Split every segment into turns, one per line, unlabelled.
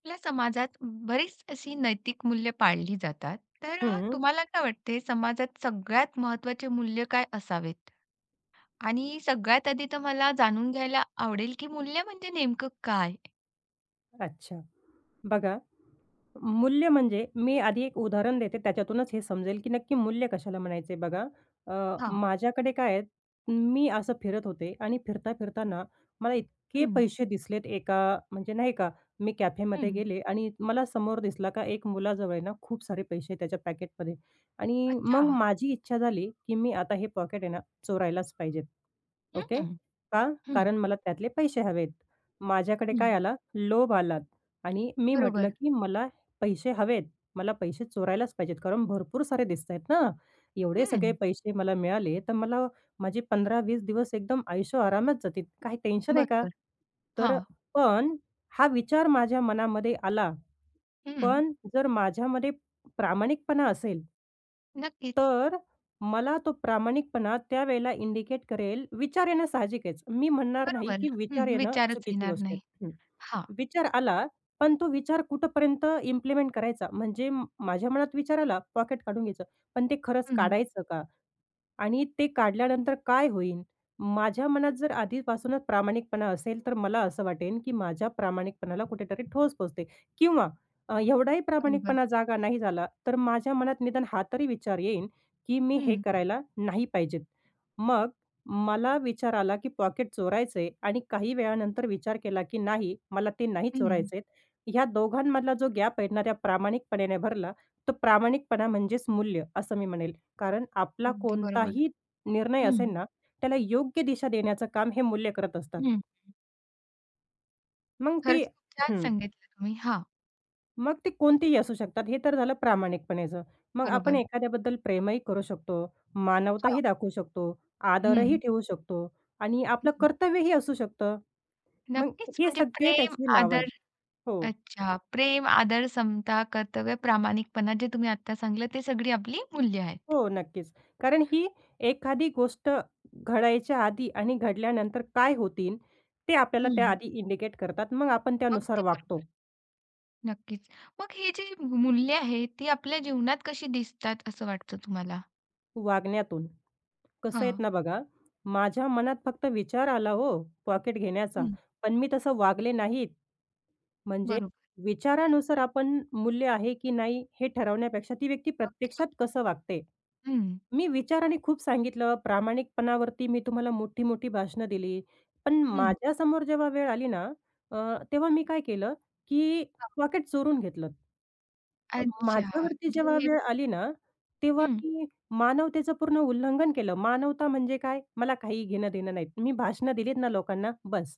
आपल्या समाजात बरीच अशी नैतिक मूल्य पाळली जातात. तर
हं,
तुम्हाला काय वाटते समाजात सगळ्यात महत्त्वाचे मूल्य काय असावेत? आणि सगळ्यात आधी तर मला जाणून घ्यायला आवडेल, की मूल्य म्हणजे नेमकं काय?
अच्छा. बघा, मूल्य म्हणजे मी आधी एक उदाहरण देते, त्याच्यातूनच हे समजेल, की नक्की मूल्य कशाला म्हणायचे बघा.
हां.
माझ्याकडे काय आहे, मी असं फिरत होते आणि फिरता-फिरता ना, मला इतके
हं,
पैसे दिसलेत एका म्हणजे नाही का, मी कॅफेमध्ये
हं.
गेले आणि मला समोर दिसला का एक मुलाजवळ आहे ना, खूप सारे पैसे त्याच्या पॅकेटमध्ये आणि
अच्छा.
मग माझी इच्छा झाली, की मी आता हे पॉकेट आहे ना, चोरायलाच पाहिजेत.
हं,
ओके.
हं,
का?
हं.
कारण मला त्यातले पैसे हवेत. माझ्याकडे काय आला? लोभ आला आणि मी म्हटलं,
बरोबर.
की "मला पैसे हवेत. मला पैसे चोरायलाच पाहिजेत." कारण भरपूर सारे दिसतायत ना. एवढे सगळे
हं.
पैसे मला मिळाले, तर मला माझे 15-20 दिवस एकदम ऐशोआरामात जातील. काही टेन्शन आहे का?
बरोबर.
तर
हां.
पण हा विचार माझ्या मनामध्ये आला
हं.
पण जर माझ्यामध्ये प्रामाणिकपणा असेल
नक्कीच.
तर मला तो प्रामाणिकपणा त्यावेळेला इंडिकेट करेल. विचार येणं साहजिकच. मी म्हणणार नाही,
बरोबर.
की विचार
हं.
येणं
विचारच
चुकीची
येणार
गोष्ट
नाही.
आहे. हं.
हां.
विचार आला, पण तो विचार कुठपर्यंत इम्प्लिमेंट करायचा? म्हणजे माझ्या मनात विचार आला, पॉकेट काढून घ्यायचं. पण ते खरंच
हं.
काढायचं का? आणि ते काढल्यानंतर काय होईल? माझ्या मनात जर आधीपासूनच प्रामाणिकपणा असेल, तर मला असं वाटेल, की माझ्या प्रामाणिकपणाला कुठेतरी ठोस पोहोचते किंवा एवढाही प्रामाणिकपणा
बरोबर.
जागा नाही झाला, तर माझ्या मनात निदान हा तरी विचार येईल, की मी हे
हं,
करायला नाही पाहिजेत. मग मला विचार आला, की पॉकेट चोरायचंय आणि काही वेळानंतर विचार केला, की नाही मला ते नाही
हं.
चोरायचेत. ह्या दोघांमधला जो गॅप आहे ना, त्या प्रामाणिकपणाने भरला. तो प्रामाणिकपणा म्हणजेच मूल्य असं मी म्हणेल. कारण आपला
अगदी बरोबर.
कोणताही निर्णय असेल
हं,
ना, त्याला योग्य दिशा देण्याचं काम हे मूल्य करत असतात.
हं.
मग ते
खरंच खूप छान
हं.
सांगितलं तुम्ही. हां.
मग ते कोणतेही असू शकतात, हे तर झालं प्रामाणिकपणेचं. मग आपण
बरोबर.
एखाद्याबद्दल प्रेमही करू शकतो, मानवताही
हां.
दाखवू शकतो,
हं,
आदरही ठेवू शकतो आणि
हं.
आपलं कर्तव्यही असू शकतं. मग
नक्कीच
हे
म्हणजे
सगळे
प्रेम,
त्याची नावं
आदर.
आहेत. हो,
अच्छा. प्रेम, आदर, समता, कर्तव्य, प्रामाणिकपणा जे तुम्ही आत्ता सांगितलं ते सगळी आपली मूल्य आहेत.
हो, नक्कीच. कारण ही एखादी गोष्ट घडायच्या आधी आणि घडल्यानंतर काय होतील, ते आपल्याला
हं.
त्याआधी इंडिकेट करतात. मग आपण त्यानुसार
अगदी
वागतो,
बरोबर. नक्कीच. मग हे जी मूल्य आहेत ती आपल्या जीवनात कशी दिसतात असं वाटतं तुम्हाला?
वागण्यातून. कसं आहेत
हां.
ना बघा, माझ्या मनात फक्त विचार आला हो, पॉकेट घेण्याचा,
हं.
पण मी तसं वागले नाहीत. म्हणजे
बरोबर.
विचारानुसार आपण मूल्य आहे की नाही हे ठरवण्यापेक्षा ती व्यक्ती
अगदी
प्रत्यक्षात
बरोबर.
कसं वागते.
हं,
मी विचाराने खूप सांगितलं, प्रामाणिकपणावरती मी तुम्हाला मोठी-मोठी भाषणं दिली. पण हं.
हं.
माझ्यासमोर जेव्हा वेळ आली ना, अ, तेव्हा मी काय केलं, की
हां.
पॉकेट चोरून घेतलं. अ,
अच्छा.
माझ्यावरती जेव्हा
म्हणजे
वेळ आली ना, तेव्हा
हं,
मी मानवतेचं पूर्ण उल्लंघन केलं. मानवता म्हणजे काय? मला काही घेणं-देणं नाही. मी भाषणं दिलीत ना लोकांना बस.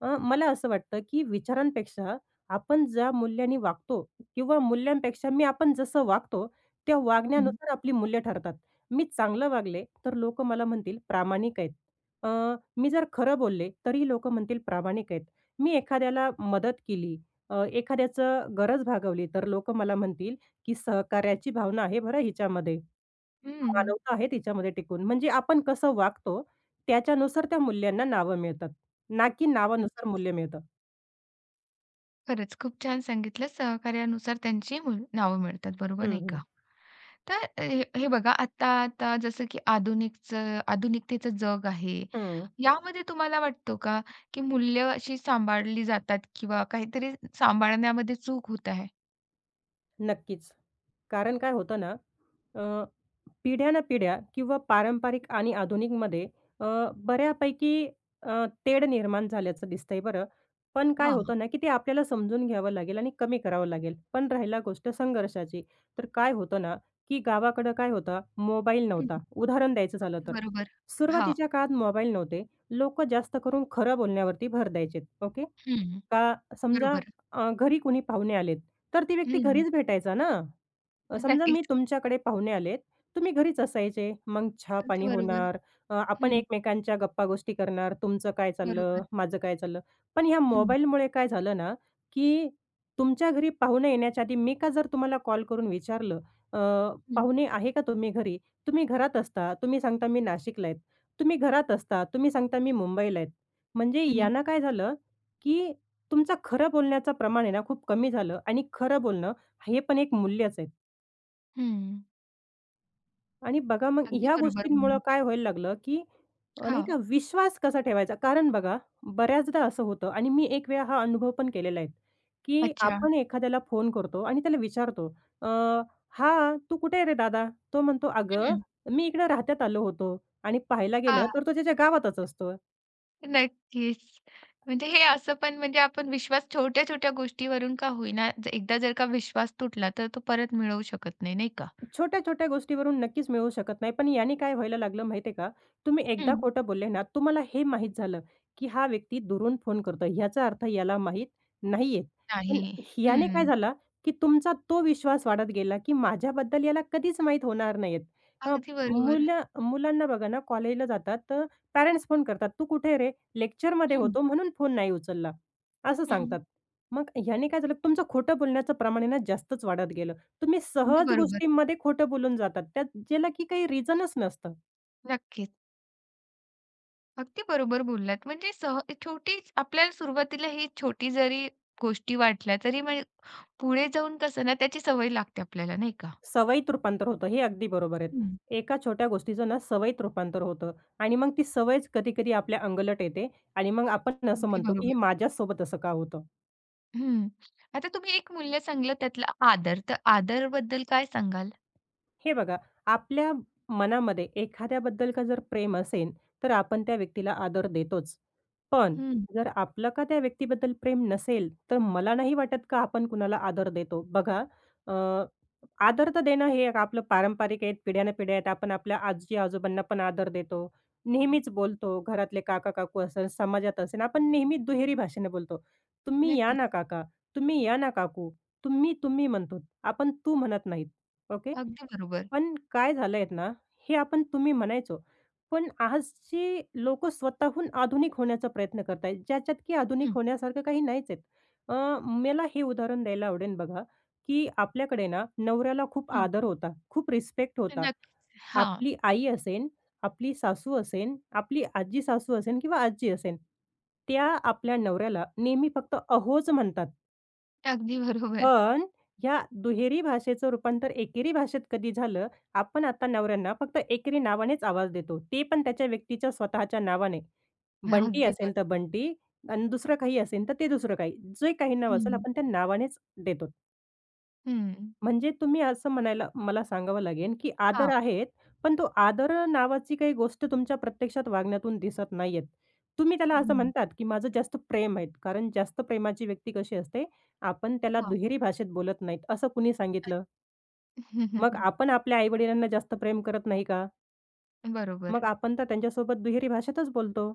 मला असं वाटतं, की विचारांपेक्षा आपण ज्या मूल्याने वागतो किंवा मूल्यांपेक्षा मी आपण जसं वागतो, त्या
हं.
वागण्यानुसार आपली मूल्य ठरतात. मी चांगलं वागले, तर लोकं मला म्हणतील प्रामाणिक आहेत. अ, मी जर खरं बोलले, तरी लोकं म्हणतील प्रामाणिक आहेत. मी एखाद्याला मदत केली एखाद्याचं गरज भागवली तर लोक मला म्हणतील, की सहकार्याची भावना आहे बरं हिच्यामध्ये.
हं.
मानवता आहे तिच्यामध्ये टिकून. म्हणजे आपण कसं वागतो त्याच्यानुसार त्या मूल्यांना नावं मिळतात, ना की नावानुसार
नक्कीच.
मूल्य मिळतं.
खरंच खूप छान सांगितलं. सहकार्यानुसार त्यांची मूळ नावं मिळतात. बरोबर
हं,
नाही का?
हं.
तर हे हे बघा आता आता जसं की आधुनिकतेचं जग आहे.
हं.
यामध्ये तुम्हाला वाटतो का, की मूल्य अशी सांभाळली जातात किंवा काहीतरी सांभाळण्यामध्ये चूक होत आहे?
नक्कीच. कारण काय होतं ना, अ, पिढ्यानपिढ्या किंवा पारंपरिक आणि आधुनिकमध्ये अ, बऱ्यापैकी तेढ निर्माण झाल्याचं दिसतंय बरं. पण काय
हां.
होतं ना, की ते आपल्याला समजून घ्यावं लागेल आणि कमी करावं लागेल. पण राहिला गोष्ट संघर्षाची, तर काय होतं ना, की गावाकडं काय होतं, मोबाईल
हं,
नव्हता. उदाहरण द्यायचं झालं
अगदी
तर.
बरोबर. हां.
सुरुवातीच्या काळात मोबाईल नव्हते. लोकं जास्त करून खरं बोलण्यावरती भर द्यायचेत. ओके.
हं,
का समजा
बरोबर.
घरी कोणी पाहुणे आलेत, तर ती व्यक्ती
हं,
घरीच भेटायचा ना. समजा मी
नक्कीच.
तुमच्याकडे पाहुणे आलेत, तुम्ही घरीच असायचे. मग
अगदी
चहा-पाणी
बरोबर.
होणार, आपण
हं,
एकमेकांच्या गप्पागोष्टी करणार, तुमचं काय चाललं,
बरोबर.
माझं काय चाललं. पण ह्या
हं,
मोबाईलमुळे काय झालं ना, की तुमच्या घरी पाहुणे येण्याच्या आधी मी का जर तुम्हाला कॉल करून विचारलं, अ,
हं,
"पाहुणे आहे का तुम्ही घरी?" तुम्ही घरात असता. तुम्ही सांगता, "मी नाशिकला आहेत." तुम्ही घरात असता. तुम्ही सांगता, "मी मुंबईला आहेत." म्हणजे
हं,
यानं काय झालं, की तुमचं खरं बोलण्याचं प्रमाण आहे ना, खूप कमी झालं आणि खरं बोलणं हे पण एक मूल्यच आहे.
हं.
आणि बघा मग
अगदी
ह्या
बरोबर
गोष्टींमुळं
बोललात.
काय व्हायला लागलं, की नाही का
हां.
विश्वास कसा ठेवायचा? कारण बघा बऱ्याचदा असं होतं आणि मी एक वेळा हा अनुभव पण केलेला आहे, की
अच्छा.
आपण एखाद्याला फोन करतो आणि त्याला विचारतो, "अ, हां, तू कुठे आहे रे दादा?" तो म्हणतो, "अगं,
हं.
मी इकडे राहत्यात आलो होतो." आणि पाहायला गेलं
हां.
तर तो त्याच्या गावातच असतो.
नक्कीच. म्हणजे हे असं पण म्हणजे आपण विश्वास छोट्या-छोट्या गोष्टीवरून का होईना, एकदा जर का विश्वास तुटला, तर तो परत मिळवू शकत नाही, नाही का?
छोट्या-छोट्या गोष्टीवरून नक्कीच मिळू शकत नाही. पण याने काय व्हायला लागलं माहिती आहे का? तुम्ही एकदा
हं.
खोटं बोलले ना, तुम्हाला हे माहीत झालं, की हा व्यक्ती दुरून फोन करतोय. ह्याचा अर्थ याला माहीत नाहीये. पण
नाही.
याने काय
हं.
झाला, की तुमचा तो विश्वास वाढत गेला, की माझ्याबद्दल याला कधीच माहीत होणार नाहीयेत. अ,
अगदी बरोबर.
मुलं मुलांना बघा ना, कॉलेजला जातात पॅरेंट्स फोन करतात, "तू कुठे रे? लेक्चरमध्ये
हं.
होतो म्हणून फोन नाही उचलला." असं
हं.
सांगतात. मग ह्याने काय झालं, तुमचं खोटं बोलण्याचं प्रमाण आहे ना, जास्तच वाढत गेलं. तुम्ही
अगदी
सहज
बरोबर.
गोष्टींमध्ये खोटं बोलून जातात. त्या ज्याला की काही रिझनच नसतं.
नक्कीच. अगदी बरोबर बोललात. म्हणजे सह छोटी आपल्याला सुरुवातीला ही छोटी जरी गोष्टी वाटल्या, तरी म्हणजे पुढे जाऊन कसं ना त्याची सवय लागते आपल्याला, नाही का?
सवयीत रूपांतर होतं. हे अगदी बरोबर आहेत.
हं.
एका छोट्या गोष्टीचं ना सवयीत रूपांतर होतं आणि मग ती सवयच कधी-कधी आपल्या अंगलट येते आणि मग आपण असं
अगदी
म्हणतो, की हे
बरोबर.
माझ्याच सोबत असं का होतं?
हं. आता तुम्ही एक मूल्य सांगितलं त्यातला आदर. तर आदरबद्दल काय सांगाल?
हे बघा, आपल्या मनामध्ये एखाद्याबद्दल का जर प्रेम असेल, तर आपण त्या व्यक्तीला आदर देतोच. पण जर आपलं का त्या व्यक्तीबद्दल प्रेम नसेल, तर मला नाही वाटत का आपण कुणाला आदर देतो. बघा अ, आदर तर देणं हे एक आपलं पारंपरिक आहे, पिढ्यानपिढ्या आहेत. आपण आपल्या आजी-आजोबांना पण आदर देतो. नेहमीच बोलतो. घरातले काका-काकू असेल, समाजात असेल, आपण नेहमी दुहेरी भाषेने बोलतो. "तुम्ही या
नक्कीच.
ना काका, तुम्ही या ना काकू." "तुम्ही, तुम्ही" म्हणतो. आपण "तू" म्हणत नाहीत. ओके.
अगदी बरोबर.
पण काय झालंय ना, हे आपण तुम्ही म्हणायचो. पण आजची लोकं स्वतःहून आधुनिक होण्याचा प्रयत्न करतायत, ज्याच्यात की आधुनिक
हं,
होण्यासारखं काही नाहीच आहेत. मला हे उदाहरण द्यायला आवडेल बघा, की आपल्याकडे ना नवऱ्याला खूप
हं.
आदर होता, खूप रिस्पेक्ट होता.
नक्कीच. हां.
आपली आई असेन, आपली सासू असेन, आपली आजी-सासू असेन किंवा आजी असेन, त्या आपल्या नवऱ्याला नेहमी फक्त "अहोच" म्हणतात.
अगदी बरोबर.
पण या दुहेरी भाषेचं रूपांतर एकेरी भाषेत कधी झालं, आपण आता नवऱ्यांना फक्त एकेरी नावानेच आवाज देतो. ते पण त्याच्या व्यक्तीच्या स्वतःच्या नावाने. बंटी
अगदी
असेल
बरोबर.
तर बंटी आणि दुसरं काही असेल तर ते दुसरं काही. जे काही नाव असेल
हं,
आपण त्या नावानेच देतो.
हं.
म्हणजे तुम्ही असं म्हणायला मला सांगावं लागेल, की आदर
हां.
आहेत, पण तो आदर नावाची काही गोष्ट तुमच्या प्रत्यक्षात वागण्यातून दिसत नाहीयेत. तुम्ही त्याला असं
हं,
म्हणतात, की माझं जास्त प्रेम आहे. कारण जास्त प्रेमाची व्यक्ती कशी असते, आपण त्याला
हां.
दुहेरी भाषेत बोलत नाहीत, असं कुणी सांगितलं? मग आपण आपल्या आई जास्त प्रेम करत नाही का?
बरोबर.
मग आपण तर त्यांच्यासोबत दुहेरी भाषेतच बोलतो.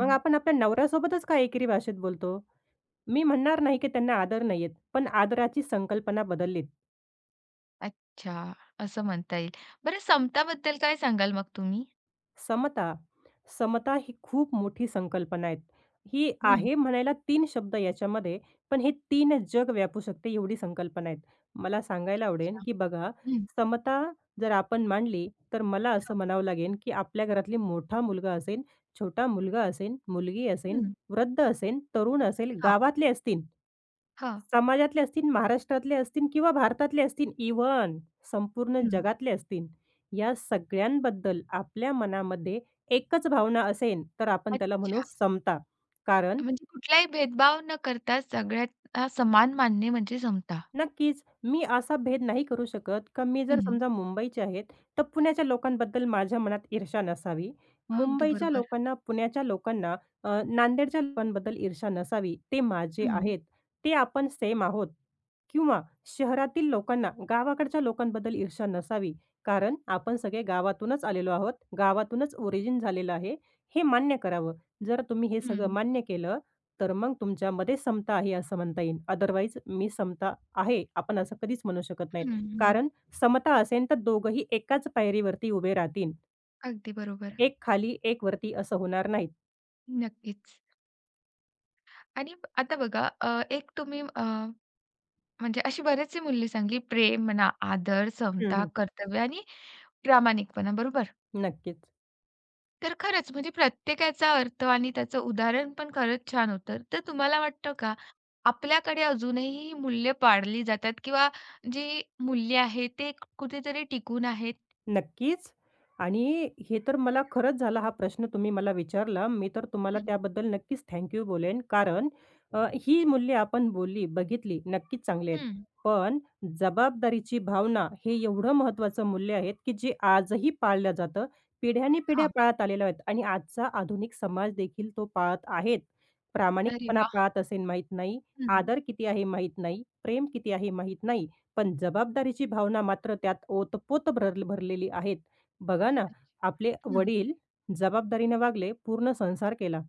मग आपण आपल्या नवऱ्यासोबतच का एकेरी भाषेत बोलतो? मी म्हणणार नाही, की त्यांना आदर नाहीयेत, पण आदराची संकल्पना बदललीत.
अच्छा, असं म्हणता येईल. बरं समताबद्दल काय सांगाल मग तुम्ही?
समता. समता ही खूप मोठी संकल्पना आहे. ही
हं.
आहे म्हणायला 3 शब्द याच्यामध्ये, पण हे 3 जग व्यापू शकते एवढी संकल्पना आहेत. मला सांगायला आवडेल,
अच्छा.
की बघा
हं,
समता जर आपण मांडली, तर मला असं म्हणावं लागेल, की आपल्या घरातली मोठा मुलगा असेल, छोटा मुलगा असेल, मुलगी असेल,
हं.
वृद्ध असेल, तरुण असेल,
हां,
गावातले असतील,
हां.
समाजातले असतील, महाराष्ट्रातले असतील किंवा भारतातले असतील, इव्हन संपूर्ण
हं.
जगातले असतील. या सगळ्यांबद्दल आपल्या मनामध्ये एकच भावना असेल, तर आपण त्याला म्हणू
अच्छा.
समता. कारण
म्हणजे कुठलाही भेदभाव न करता सगळ्यांना समान मानणे म्हणजे समता.
नक्कीच. मी असा भेद नाही करू शकत, का मी जर
हं.
समजा मुंबईचे आहेत, तर पुण्याच्या लोकांबद्दल माझ्या मनात ईर्ष्या नसावी.
अगदी
मुंबईच्या
बरोबर.
लोकांना, पुण्याच्या लोकांना, नांदेडच्या लोकांबद्दल ईर्ष्या नसावी. ते माझे
हं,
आहेत. ते आपण सेम आहोत. किंवा शहरातील लोकांना, गावाकडच्या लोकांबद्दल ईर्ष्या नसावी. कारण आपण सगळे गावातूनच आलेलो आहोत. गावातूनच ओरिजिन झालेलं आहे. हे मान्य करावं. जर तुम्ही हे
हं,
सगळं मान्य केलं, तर मग तुमच्यामध्ये समता आहे असं म्हणता येईल. अदरवाईज मी समता आहे. आपण असं कधीच म्हणू शकत नाहीत.
हं, हं.
कारण समता असेल तर दोघंही एकाच पायरीवरती उभे राहतील.
अगदी बरोबर.
एक खाली, एक वरती असं होणार नाहीत.
नक्कीच. आणि आता बघा एक म्हणजे अशी बरेचशी मूल्ये सांगली प्रेम म्हणा, आदर,
हं,
समता,
हं.
कर्तव्य आणि प्रामाणिकपणा, बरोबर?
नक्कीच.
तर खरंच म्हणजे प्रत्येकाचा अर्थ आणि त्याचं उदाहरण पण खरंच छान होतं. तर तुम्हाला वाटतं का, आपल्याकडे अजूनही ही मूल्य पाळली जातात किंवा जी मूल्य आहेत ते कुठेतरी टिकून आहेत?
नक्कीच. आणि हे तर मला खरंच झाला हा प्रश्न तुम्ही मला विचारला. मी तर तुम्हाला
हं,
त्याबद्दल नक्कीच थँक यू बोलेन. कारण ही मूल्ये आपण बोलली, बघितली, नक्कीच चांगली आहेत.
हं.
पण जबाबदारीची भावना हे एवढं महत्त्वाचं मूल्य आहेत, की जे आजही पाळलं जातं. पिढ्यानपिढ्या
हां.
पाळत आलेल्या आहेत आणि आजचा आधुनिक समाज देखील तो पाळत आहेत.
अरे
प्रामाणिकपणा
वाह!
पाळत असेल माहीत नाही,
हं.
आदर किती आहे माहीत नाही, प्रेम किती आहे माहीत नाही. पण जबाबदारीची भावना मात्र त्यात ओतपोत भर भरलेली आहेत. बघा ना,
अच्छा.
आपले
हं.
वडील जबाबदारीने वागले, पूर्ण संसार केला.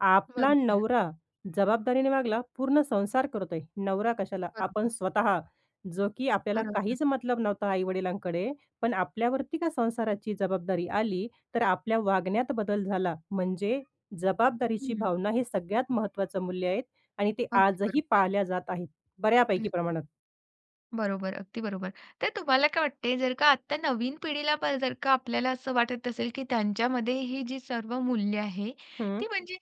आपला
बरोबर,
नवरा जबाबदारीने वागला, पूर्ण संसार करतोय. नवरा कशाला? आपण
बरोबर,
स्वतः. जो की आपल्याला
बरोबर.
काहीच मतलब नव्हता आई-वडिलांकडे, पण आपल्यावरती का संसाराची जबाबदारी आली, तर आपल्या वागण्यात बदल झाला. म्हणजे जबाबदारीची
हं.
भावना हे सगळ्यात महत्त्वाचं मूल्य आहे आणि ते
अगदी
आजही
बरोबर.
पाळल्या जात आहेत, बऱ्यापैकी प्रमाणात.
बरोबर, अगदी बरोबर. तर तुम्हाला काय वाटते, जर का आत्ता नवीन पिढीला पण जर का आपल्याला असं वाटत असेल, की त्यांच्यामध्ये ही जी सर्व मूल्य आहे,
हं.
ती म्हणजे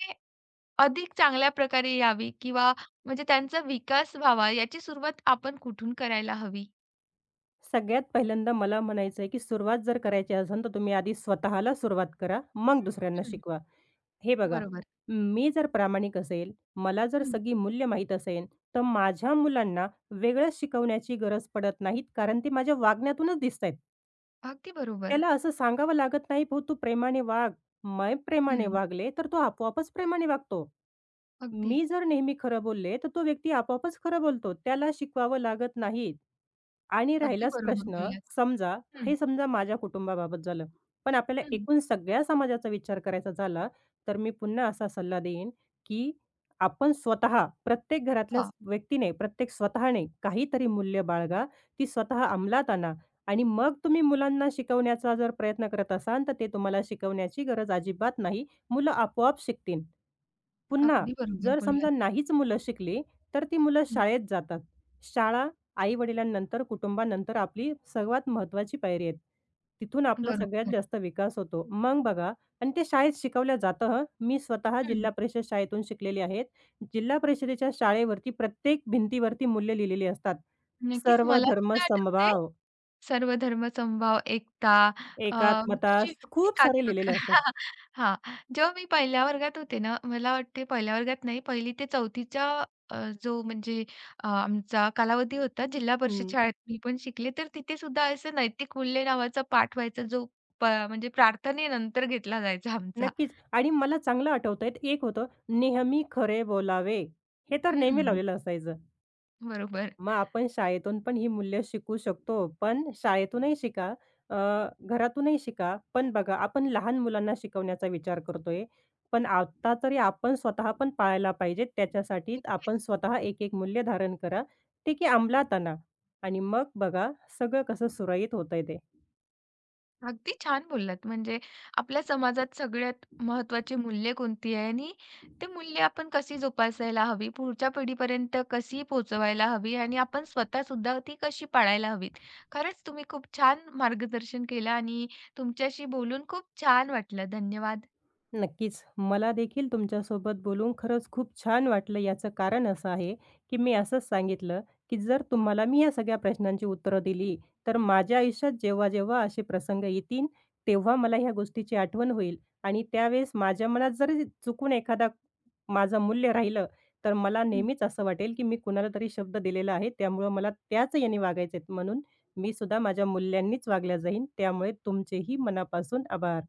अधिक चांगल्या प्रकारे यावी किंवा म्हणजे त्यांचा विकास व्हावा, याची सुरुवात आपण कुठून करायला हवी?
सगळ्यात पहिल्यांदा मला म्हणायचं आहे, की सुरुवात जर करायची असेल, तर तुम्ही आधी स्वतःला सुरुवात करा, मग दुसऱ्यांना
हं.
शिकवा. हे बघा,
बरोबर.
मी जर प्रामाणिक असेल, मला जर
हं.
सगळी मूल्य माहीत असेल, तर माझ्या मुलांना वेगळं शिकवण्याची गरज पडत नाहीत, कारण ते माझ्या वागण्यातूनच दिसतायत.
अगदी बरोबर.
त्याला असं सांगावं लागत नाही, "भाऊ तू प्रेमाने वाग." मी प्रेमाने
हं.
वागले, तर तो आपोआपच प्रेमाने वागतो. मी
अगदीच.
जर नेहमी खरं बोलले, तर तो व्यक्ती आपोआपच खरं बोलतो. त्याला शिकवावं लागत नाही. आणि
अगदी
राहिलाच
बरोबर
प्रश्न,
बोललात.
समजा हे
हं,
समजा माझ्या कुटुंबाबाबत झालं. पण आपल्याला
हं.
एकूण सगळ्या समाजाचा विचार करायचा झाला, तर मी पुन्हा असा सल्ला देईन, की आपण स्वतः प्रत्येक घरातल्या
हां,
व्यक्तीने, प्रत्येक स्वतःने काहीतरी मूल्य बाळगा, ती स्वतः अंमलात आणा. आणि मग तुम्ही मुलांना शिकवण्याचा जर प्रयत्न करत असाल, तर ते तुम्हाला शिकवण्याची गरज अजिबात नाही. मुलं आपोआप शिकतील. पुन्हा
अगदी बरोबर
जर समजा
बोललात.
नाहीच मुलं शिकली, तर ती मुलं
हं,
शाळेत जातात. शाळा आई-वडिलांनंतर, कुटुंबानंतर आपली सर्वात महत्त्वाची पायरी आहे. तिथून आपला सगळ्यात
बरोबर.
जास्त विकास होतो. मग बघा आणि ते शाळेत शिकवलं जातं हं. मी स्वतः
हं.
जिल्हा परिषद शाळेतून शिकलेली आहेत. जिल्हा परिषदेच्या शाळेवरती प्रत्येक भिंतीवरती मूल्य लिहिलेली असतात.
नक्कीच
सर्व
मला
धर्म
सुद्धा आठवते
समभाव.
सर्व धर्मसमभाव, एकता. अ,
एकात्मता
अशी
खूप सारे
एकात्मक
लिहिलेले असतात.
हां. जेव्हा मी पहिल्या वर्गात होते ना, मला वाटते पहिल्या वर्गात नाही, 1ली ते 4थीचा अ, जो म्हणजे आमचा कालावधी होता जिल्हा परिषद
हं,
शाळेत मी पण शिकले. तर तिथे सुद्धा असं नैतिक मूल्य नावाचा पाठ व्हायचा जो प म्हणजे प्रार्थनेनंतर घेतला जायचा आमचा.
नक्कीच आणि मला चांगलं आठवतंय एक होतं, नेहमी खरे बोलावे. हे तर नेहमी
हं,
लावलेलं असायचं.
बरोबर.
मग आपण शाळेतून पण ही मूल्य शिकू शकतो. पण शाळेतूनही शिका, अ, घरातूनही शिका. पण बघा आपण लहान मुलांना शिकवण्याचा विचार करतोय. पण आता तरी आपण स्वतः पण पाळायला पाहिजेत. त्याच्यासाठी आपण स्वतः एक-एक मूल्य धारण करा. ते की अंमलात आणा आणि मग बघा सगळं कसं सुरळीत होतंय ते.
अगदी छान बोललात. म्हणजे आपल्या समाजात सगळ्यात महत्त्वाची मूल्ये कोणती आहे आणि ते मूल्य आपण कशी जोपासायला हवी, पुढच्या पिढीपर्यंत कशी पोहोचवायला हवी आणि आपण स्वतः सुद्धा ती कशी पाळायला हवीत. खरंच तुम्ही खूप छान मार्गदर्शन केलं आणि तुमच्याशी बोलून खूप छान वाटलं. धन्यवाद.
नक्कीच. मला देखील तुमच्यासोबत बोलून खरंच खूप छान वाटलं. याचं कारण असं आहे, की मी असंच सांगितलं, की जर तुम्हाला मी या सगळ्या प्रश्नांची उत्तरं दिली, तर माझ्या आयुष्यात जेव्हा-जेव्हा असे प्रसंग येतील, तेव्हा मला ह्या गोष्टीची आठवण होईल आणि त्यावेळेस माझ्या मनात जरी चुकून एखादा माझं मूल्य राहिलं, तर मला नेहमीच असं वाटेल, की मी कुणाला तरी शब्द दिलेला आहे. त्यामुळं मला त्याच याने वागायचेत म्हणून मी सुद्धा माझ्या मूल्यांनीच वागल्या जाईन. त्यामुळे तुमचेही मनापासून आभार.